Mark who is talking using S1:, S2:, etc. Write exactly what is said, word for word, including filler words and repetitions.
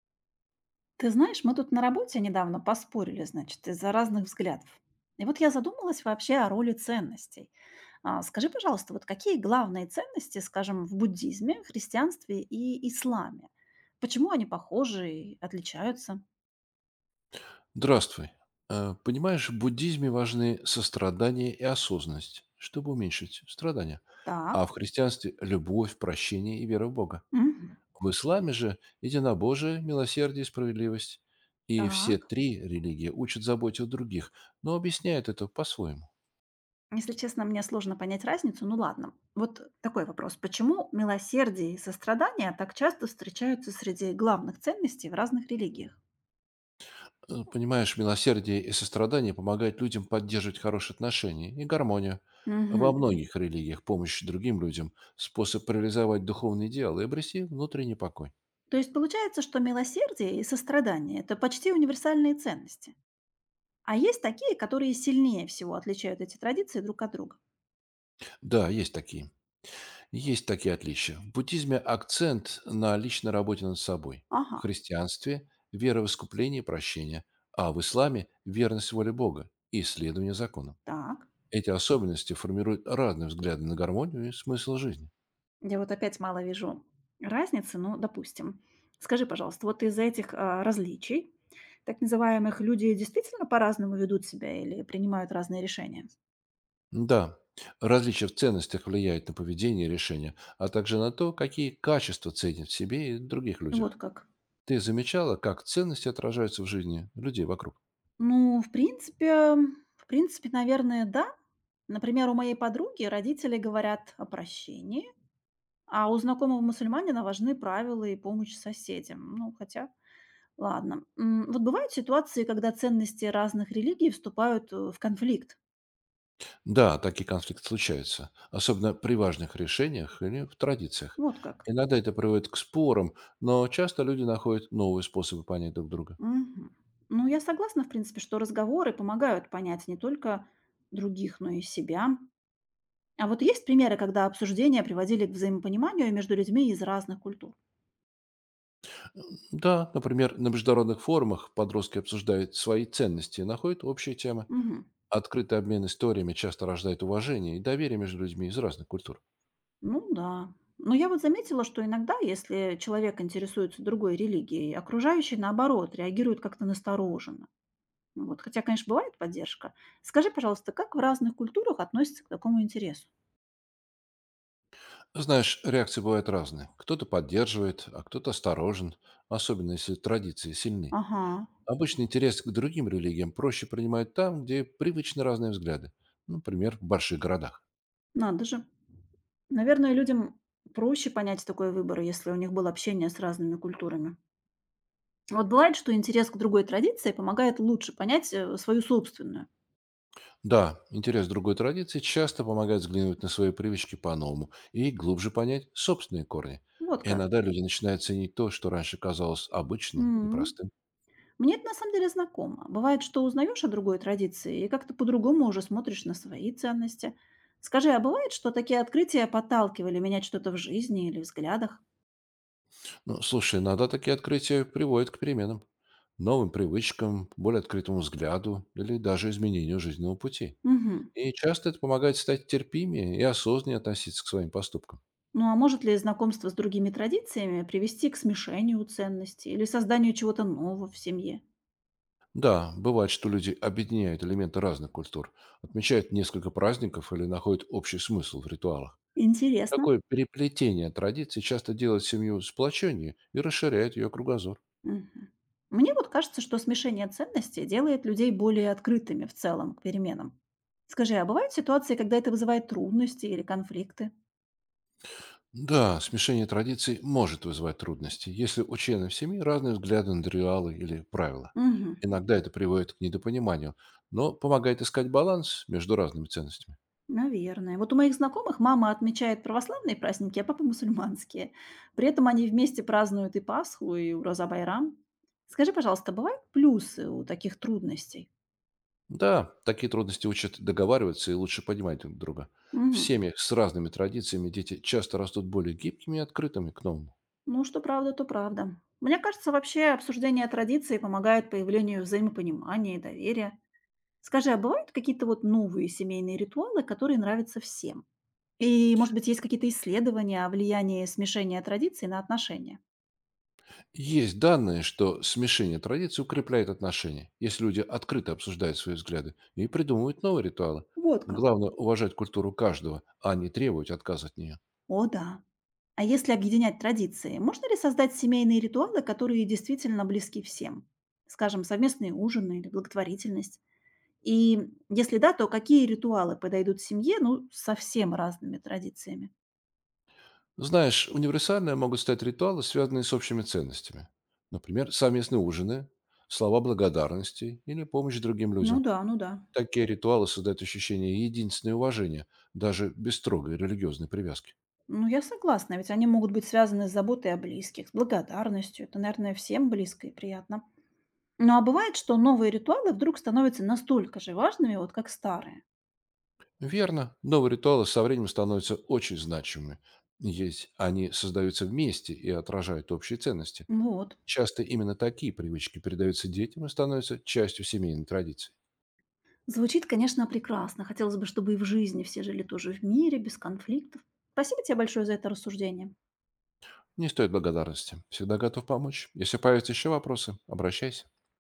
S1: Ты знаешь, мы тут на работе недавно поспорили, значит, из-за разных взглядов. И вот я задумалась вообще о роли ценностей. А, скажи, пожалуйста, вот какие главные ценности, скажем, в буддизме, христианстве и исламе? Почему они похожи и отличаются?
S2: Здравствуй. Э, Понимаешь, в буддизме важны сострадание и осознанность, чтобы уменьшить страдания.
S1: Так,
S2: А в христианстве– любовь, прощение и вера в Бога.
S1: Мгм.
S2: В исламе же– единобожие, милосердие и справедливость. И все
S1: Так.
S2: три религии учат заботе о других, но объясняют это по-своему.
S1: Если честно, мне сложно понять разницу. Ну ладно, вот такой вопрос. Почему милосердие и сострадание так часто встречаются среди главных ценностей в разных религиях?
S2: Э, Понимаешь, милосердие и сострадание помогают людям поддерживать хорошие отношения и гармонию. Во
S1: Мгм.
S2: многих религиях помощь другим людям– способ реализовать духовные идеалы и обрести внутренний покой.
S1: То есть получается, что милосердие и сострадание – это почти универсальные ценности. А есть такие, которые сильнее всего отличают эти традиции друг от друга.
S2: Да, есть такие. Есть такие отличия. В буддизме акцент на личной работе над собой. В
S1: Ага,
S2: христианстве– вера в искупление и прощение, а в исламе– верность воле Бога и следование законам.
S1: так.
S2: Эти особенности формируют разные взгляды на гармонию и смысл жизни.
S1: Я вот опять мало вижу разницы, ну, допустим. Скажи, пожалуйста, вот из-за этих а, различий, так называемых, люди действительно по-разному ведут себя или принимают разные решения?
S2: Да, различия в ценностях влияют на поведение и решения, а также на то, какие качества ценят в себе и других
S1: Вот
S2: людях.
S1: как.
S2: Ты замечала, как ценности отражаются в жизни людей вокруг?
S1: Ну, в принципе, в принципе, наверное, да. Например, у моей подруги родители говорят о прощении, а у знакомого мусульманина важны правила и помощь соседям. Ну, хотя, ладно. М, Вот бывают ситуации, когда ценности разных религий вступают э, в конфликт.
S2: Да, такие конфликты случаются, особенно при важных решениях или в традициях.
S1: Вот как.
S2: Иногда это приводит к спорам, но часто люди находят новые способы понять друг друга.
S1: Мгм. Ну, я согласна, в принципе, что разговоры помогают понять не только других, но и себя. А вот есть примеры, когда обсуждения приводили к взаимопониманию между людьми из разных культур?
S2: Да, например, на международных форумах подростки обсуждают свои ценности и находят общие темы.
S1: Мгм.
S2: Открытый обмен историями часто рождает уважение и доверие между людьми из разных культур.
S1: Ну да. Но я вот заметила, что иногда, если человек интересуется другой религией, окружающие, наоборот, реагируют как-то настороженно. Ну вот, хотя, конечно, бывает поддержка. Скажи, пожалуйста, как в разных культурах относятся к такому интересу?
S2: Знаешь, реакции бывают разные. Кто-то поддерживает, а кто-то осторожен, особенно если традиции сильны.
S1: Ага,
S2: Обычно интерес к другим религиям проще принимают там, где привычны разные взгляды, например, в больших городах.
S1: надо же. Наверное, людям проще понять такой выбор, если у них было общение с разными культурами. Вот бывает, что интерес к другой традиции помогает лучше понять э, свою собственную.
S2: Да, интерес к другой традиции часто помогает взглянуть на свои привычки по-новому и глубже понять собственные корни.
S1: Вот
S2: И
S1: как.
S2: иногда люди начинают ценить то, что раньше казалось обычным и
S1: М.
S2: простым.
S1: Мне это на самом деле знакомо. Бывает, что узнаешь о другой традиции и как-то по-другому уже смотришь на свои ценности. Скажи, а бывает, что такие открытия подталкивали менять что-то в жизни или взглядах?
S2: Ну, слушай, иногда такие открытия приводят к переменам, новым привычкам, более открытому взгляду или даже изменению жизненного пути.
S1: Угу.
S2: И часто это помогает стать терпимее и осознаннее относиться к своим поступкам.
S1: Ну а может ли знакомство с другими традициями привести к смешению ценностей или созданию чего-то нового в семье?
S2: Да, бывает, что люди объединяют элементы разных культур, отмечают несколько праздников или находят общий смысл в ритуалах.
S1: Интересно.
S2: Такое переплетение традиций часто делает семью сплоченнее и расширяет ее кругозор.
S1: Мгм. Мне вот кажется, что смешение ценностей делает людей более открытыми в целом к переменам. Скажи, а бывают ситуации, когда это вызывает трудности или конфликты?
S2: Да, смешение традиций может вызывать трудности, если у членов семьи разные взгляды на ритуалы или правила.
S1: Угу.
S2: Иногда это приводит к недопониманию, но помогает искать баланс между разными ценностями.
S1: Наверное. Вот у моих знакомых мама отмечает православные праздники, а папа мусульманские. При этом они вместе празднуют и Пасху, и Ураза Байрам. Скажи, пожалуйста, бывают плюсы у таких трудностей?
S2: Да, такие трудности учат договариваться и лучше понимать друг друга. В
S1: Мгм.
S2: семьях с разными традициями дети часто растут более гибкими и открытыми к новому.
S1: Ну, что правда, то правда. Мне кажется, вообще обсуждение традиций помогает появлению взаимопонимания и доверия. Скажи, а бывают какие-то вот новые семейные ритуалы, которые нравятся всем? И, может быть, есть какие-то исследования о влиянии смешения традиций на отношения?
S2: Есть данные, что смешение традиций укрепляет отношения, если люди открыто обсуждают свои взгляды и придумывают новые ритуалы.
S1: Вот как.
S2: Главное– уважать культуру каждого, а не требовать отказа от нее.
S1: О, да. А если объединять традиции, можно ли создать семейные ритуалы, которые действительно близки всем? Скажем, совместные ужины или благотворительность? И если да, то какие ритуалы подойдут семье, ну, со совсем разными традициями?
S2: Знаешь, универсальные могут стать ритуалы, связанные с общими ценностями. Например, совместные ужины, слова благодарности или помощь другим
S1: Ну
S2: людям.
S1: да, ну да.
S2: Такие ритуалы создают ощущение единства и уважения, даже без строгой религиозной привязки.
S1: Ну, я согласна, ведь они могут быть связаны с заботой о близких, с благодарностью. Это, наверное, всем близко и приятно. Ну, а бывает, что новые ритуалы вдруг становятся настолько же важными, вот как старые.
S2: Верно, новые ритуалы со временем становятся очень значимыми. Есть, они создаются вместе и отражают общие ценности.
S1: Ну Вот.
S2: Часто именно такие привычки передаются детям и становятся частью семейной традиции.
S1: Звучит, конечно, прекрасно. Хотелось бы, чтобы и в жизни все жили тоже в мире, без конфликтов. Спасибо тебе большое за это рассуждение.
S2: Не стоит благодарности. Всегда готов помочь. Если появятся еще вопросы, обращайся.